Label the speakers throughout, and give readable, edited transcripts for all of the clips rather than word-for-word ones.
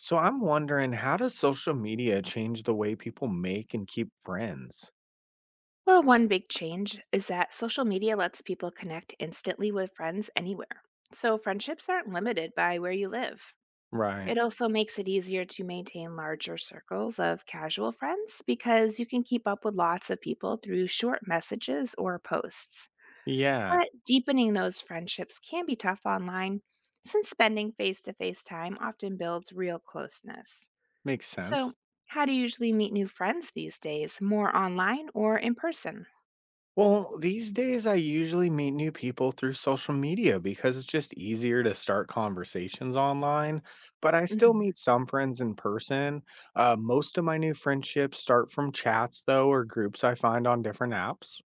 Speaker 1: So I'm wondering, how does social media change the way people make and keep friends?
Speaker 2: Well, one big change is that social media lets people connect instantly with friends anywhere. So friendships aren't limited by where you live. It
Speaker 1: Right.
Speaker 2: also makes it easier to maintain larger circles of casual friends because you can keep up with lots of people through short messages or posts.
Speaker 1: Yeah,
Speaker 2: But deepening those friendships can be tough online since spending face to face time often builds real closeness.
Speaker 1: makes
Speaker 2: So,
Speaker 1: sense.
Speaker 2: how do you usually meet new friends these days? More online or in person?
Speaker 1: Well, these days I usually meet new people through social media because it's just easier to start conversations online, but I still
Speaker 2: Mhm.
Speaker 1: meet some friends in person. Most of my new friendships start from chats, though, or groups I find on different apps.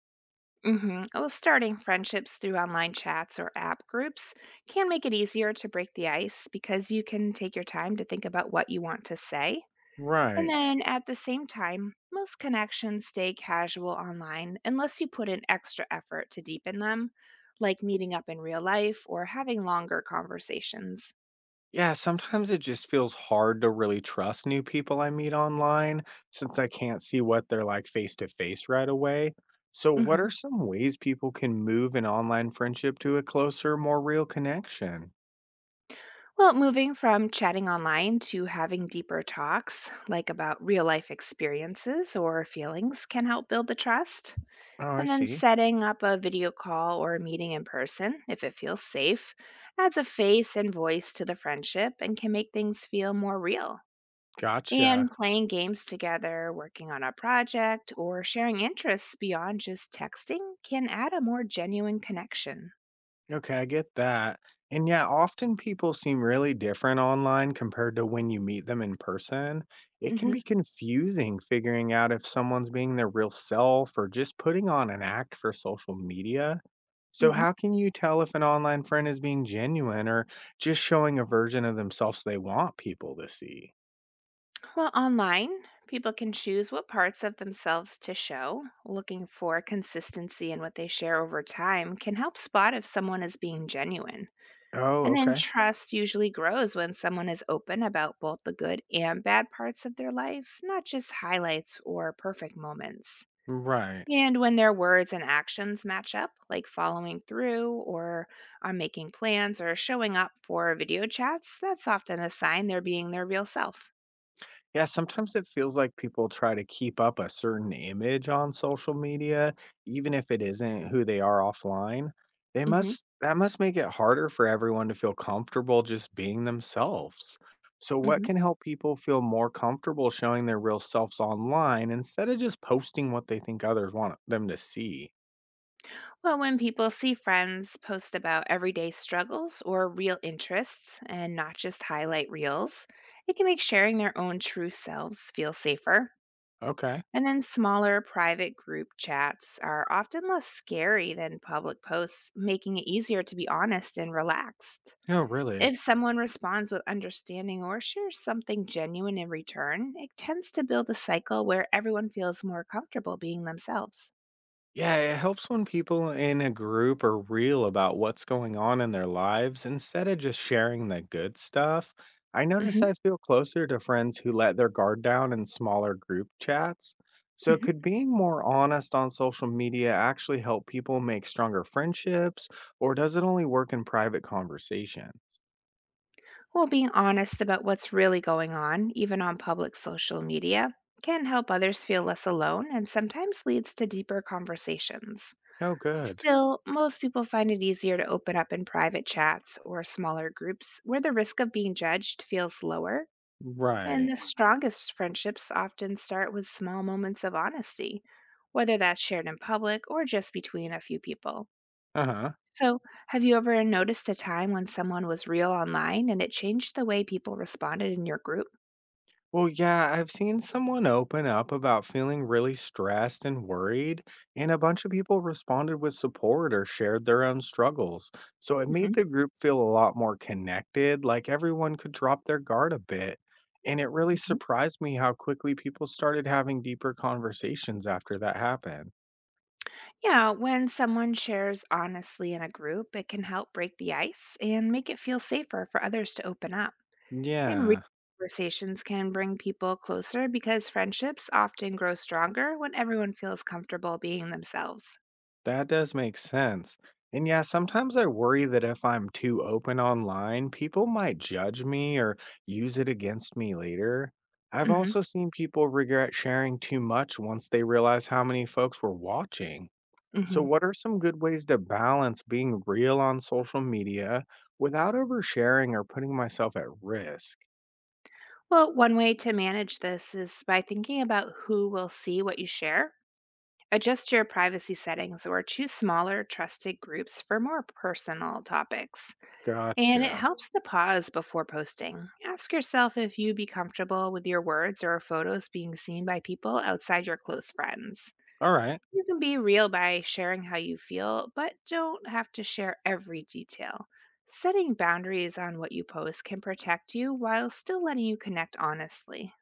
Speaker 2: Well, starting friendships through online chats or app groups can make it easier to break the ice because you can take your time to think about what you want to say. And
Speaker 1: Right.
Speaker 2: then at the same time, most connections stay casual online unless you put in extra effort to deepen them, like meeting up in real life or having longer conversations.
Speaker 1: Yeah, sometimes it just feels hard to really trust new people I meet online since I can't see what they're like face to face right away. So, what are
Speaker 2: hmm
Speaker 1: some ways people can move an online friendship to a closer, more real connection?
Speaker 2: Well, moving from chatting online to having deeper talks, like about real life experiences or feelings, can help build the trust.
Speaker 1: Oh, I
Speaker 2: And then
Speaker 1: see.
Speaker 2: setting up a video call or a meeting in person, if it feels safe, adds a face and voice to the friendship and can make things feel more real.
Speaker 1: Gotcha.
Speaker 2: And playing games together, working on a project, or sharing interests beyond just texting can add a more genuine connection.
Speaker 1: Okay, I get that. And yeah, often people seem really different online compared to when you meet them in person. It can
Speaker 2: hmm
Speaker 1: be confusing figuring out if someone's being their real self or just putting on an act for social media. So,
Speaker 2: hmm
Speaker 1: how can you tell if an online friend is being genuine or just showing a version of themselves they want people to see?
Speaker 2: Well, online, people can choose what parts of themselves to show. Looking for consistency in what they share over time can help spot if someone is being genuine.
Speaker 1: Oh,
Speaker 2: And then
Speaker 1: okay.
Speaker 2: trust usually grows when someone is open about both the good and bad parts of their life, not just highlights or perfect moments.
Speaker 1: Right.
Speaker 2: And when their words and actions match up, like following through or on making plans or showing up for video chats, that's often a sign they're being their real self.
Speaker 1: Yeah, sometimes it feels like people try to keep up a certain image on social media, even if it isn't who they are offline. They
Speaker 2: hmm
Speaker 1: must That must make it harder for everyone to feel comfortable just being themselves. So what
Speaker 2: hmm
Speaker 1: can help people feel more comfortable showing their real selves online instead of just posting what they think others want them to see?
Speaker 2: Well, when people see friends post about everyday struggles or real interests and not just highlight reels, it can make sharing their own true selves feel safer.
Speaker 1: Okay.
Speaker 2: And then smaller private group chats are often less scary than public posts, making it easier to be honest and relaxed.
Speaker 1: Yeah, really.
Speaker 2: If someone responds with understanding or shares something genuine in return, it tends to build a cycle where everyone feels more comfortable being themselves.
Speaker 1: Yeah, it helps when people in a group are real about what's going on in their lives instead of just sharing the good stuff. I notice
Speaker 2: hmm
Speaker 1: I feel closer to friends who let their guard down in smaller group chats. So,
Speaker 2: hmm
Speaker 1: could being more honest on social media actually help people make stronger friendships, or does it only work in private conversation?
Speaker 2: Well, being honest about what's really going on, even on public social media, can help others feel less alone and sometimes leads to deeper conversations.
Speaker 1: Oh, good.
Speaker 2: Still, most people find it easier to open up in private chats or smaller groups where the risk of being judged feels lower, and
Speaker 1: Right.
Speaker 2: the strongest friendships often start with small moments of honesty, whether that's shared in public or just between a few people.
Speaker 1: Uh huh.
Speaker 2: So, have you ever noticed a time when someone was real online and it changed the way people responded in your group?
Speaker 1: Well, yeah, I've seen someone open up about feeling really stressed and worried, and a bunch of people responded with support or shared their own struggles. So it made
Speaker 2: hmm
Speaker 1: the group feel a lot more connected, like everyone could drop their guard a bit. And it really
Speaker 2: hmm
Speaker 1: surprised me how quickly people started having deeper conversations after that happened.
Speaker 2: Yeah, when someone shares honestly in a group, it can help break the ice and make it feel safer for others to open up. And real
Speaker 1: Yeah.
Speaker 2: conversations can bring people closer because friendships often grow stronger when everyone feels comfortable being themselves.
Speaker 1: That does make sense. And yeah, sometimes I worry that if I'm too open online, people might judge me or use it against me later. I've
Speaker 2: hmm
Speaker 1: also seen people regret sharing too much once they realize how many folks were watching. So,
Speaker 2: hmm
Speaker 1: what are some good ways to balance being real on social media without oversharing or putting myself at risk?
Speaker 2: Well, one way to manage this is by thinking about who will see what you share. Adjust your privacy settings or choose smaller, trusted groups for more personal topics. And it
Speaker 1: Gotcha.
Speaker 2: helps to pause before posting. Ask yourself if you'd be comfortable with your words or photos being seen by people outside your close friends.
Speaker 1: All right.
Speaker 2: You can be real by sharing how you feel, but don't have to share every detail. Setting boundaries on what you post can protect you while still letting you connect honestly.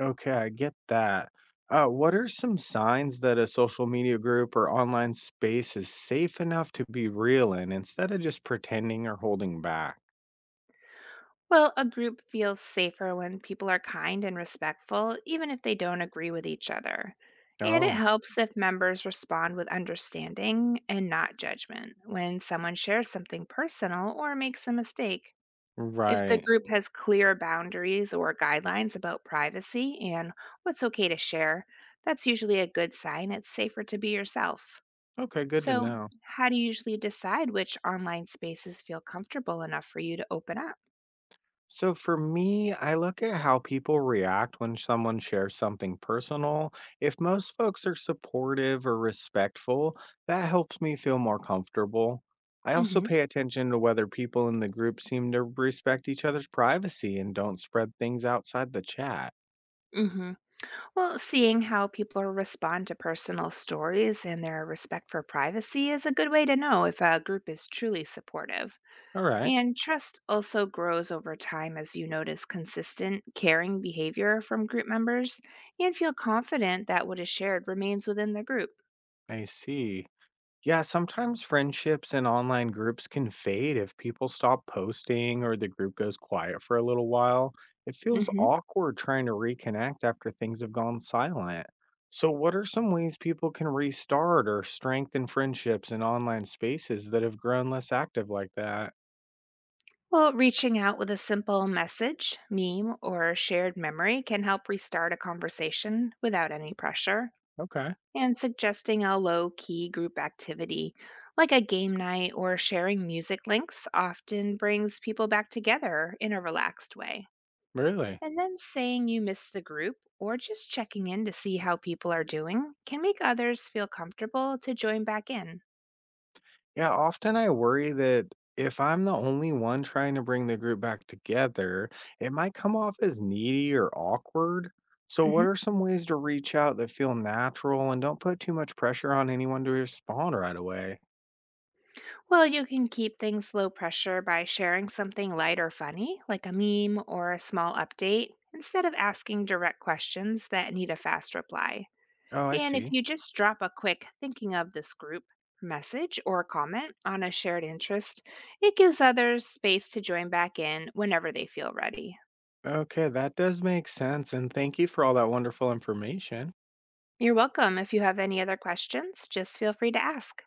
Speaker 1: Okay, I get that. What are some signs that a social media group or online space is safe enough to be real in instead of just pretending or holding back?
Speaker 2: Well, a group feels safer when people are kind and respectful, even if they don't agree with each other. And it
Speaker 1: Oh,
Speaker 2: helps if members respond with understanding and not judgment when someone shares something personal or makes a mistake. If the
Speaker 1: right.
Speaker 2: group has clear boundaries or guidelines about privacy and what's okay to share, that's usually a good sign it's safer to be yourself.
Speaker 1: Okay, good to
Speaker 2: So,
Speaker 1: know.
Speaker 2: how do you usually decide which online spaces feel comfortable enough for you to open up?
Speaker 1: So for me, I look at how people react when someone shares something personal. If most folks are supportive or respectful, that helps me feel more comfortable. I also
Speaker 2: Mm-hmm.
Speaker 1: pay attention to whether people in the group seem to respect each other's privacy and don't spread things outside the chat.
Speaker 2: Mm-hmm. Well, seeing how people respond to personal stories and their respect for privacy is a good way to know if a group is truly supportive.
Speaker 1: All right,
Speaker 2: And trust also grows over time as you notice consistent, caring behavior from group members and feel confident that what is shared remains within the group.
Speaker 1: I see. Yeah, sometimes friendships and online groups can fade if people stop posting or the group goes quiet for a little while. It feels
Speaker 2: hmm
Speaker 1: awkward trying to reconnect after things have gone silent. So, what are some ways people can restart or strengthen friendships in online spaces that have grown less active like that?
Speaker 2: Well, reaching out with a simple message, meme, or shared memory can help restart a conversation without any pressure.
Speaker 1: Okay,
Speaker 2: And suggesting a low key group activity like a game night or sharing music links often brings people back together in a relaxed way.
Speaker 1: really?
Speaker 2: And then saying you miss the group or just checking in to see how people are doing can make others feel comfortable to join back in.
Speaker 1: Yeah, often I worry that if I'm the only one trying to bring the group back together, it might come off as needy or awkward. So, what
Speaker 2: Mhm.
Speaker 1: are some ways to reach out that feel natural and don't put too much pressure on anyone to respond right away?
Speaker 2: Well, you can keep things low pressure by sharing something light or funny, like a meme or a small update, instead of asking direct questions that need a fast reply.
Speaker 1: Oh, I
Speaker 2: And if
Speaker 1: see.
Speaker 2: you just drop a quick thinking of this group message or comment on a shared interest, it gives others space to join back in whenever they feel ready.
Speaker 1: Okay, that does make sense. And thank you for all that wonderful information.
Speaker 2: You're welcome. If you have any other questions, just feel free to ask.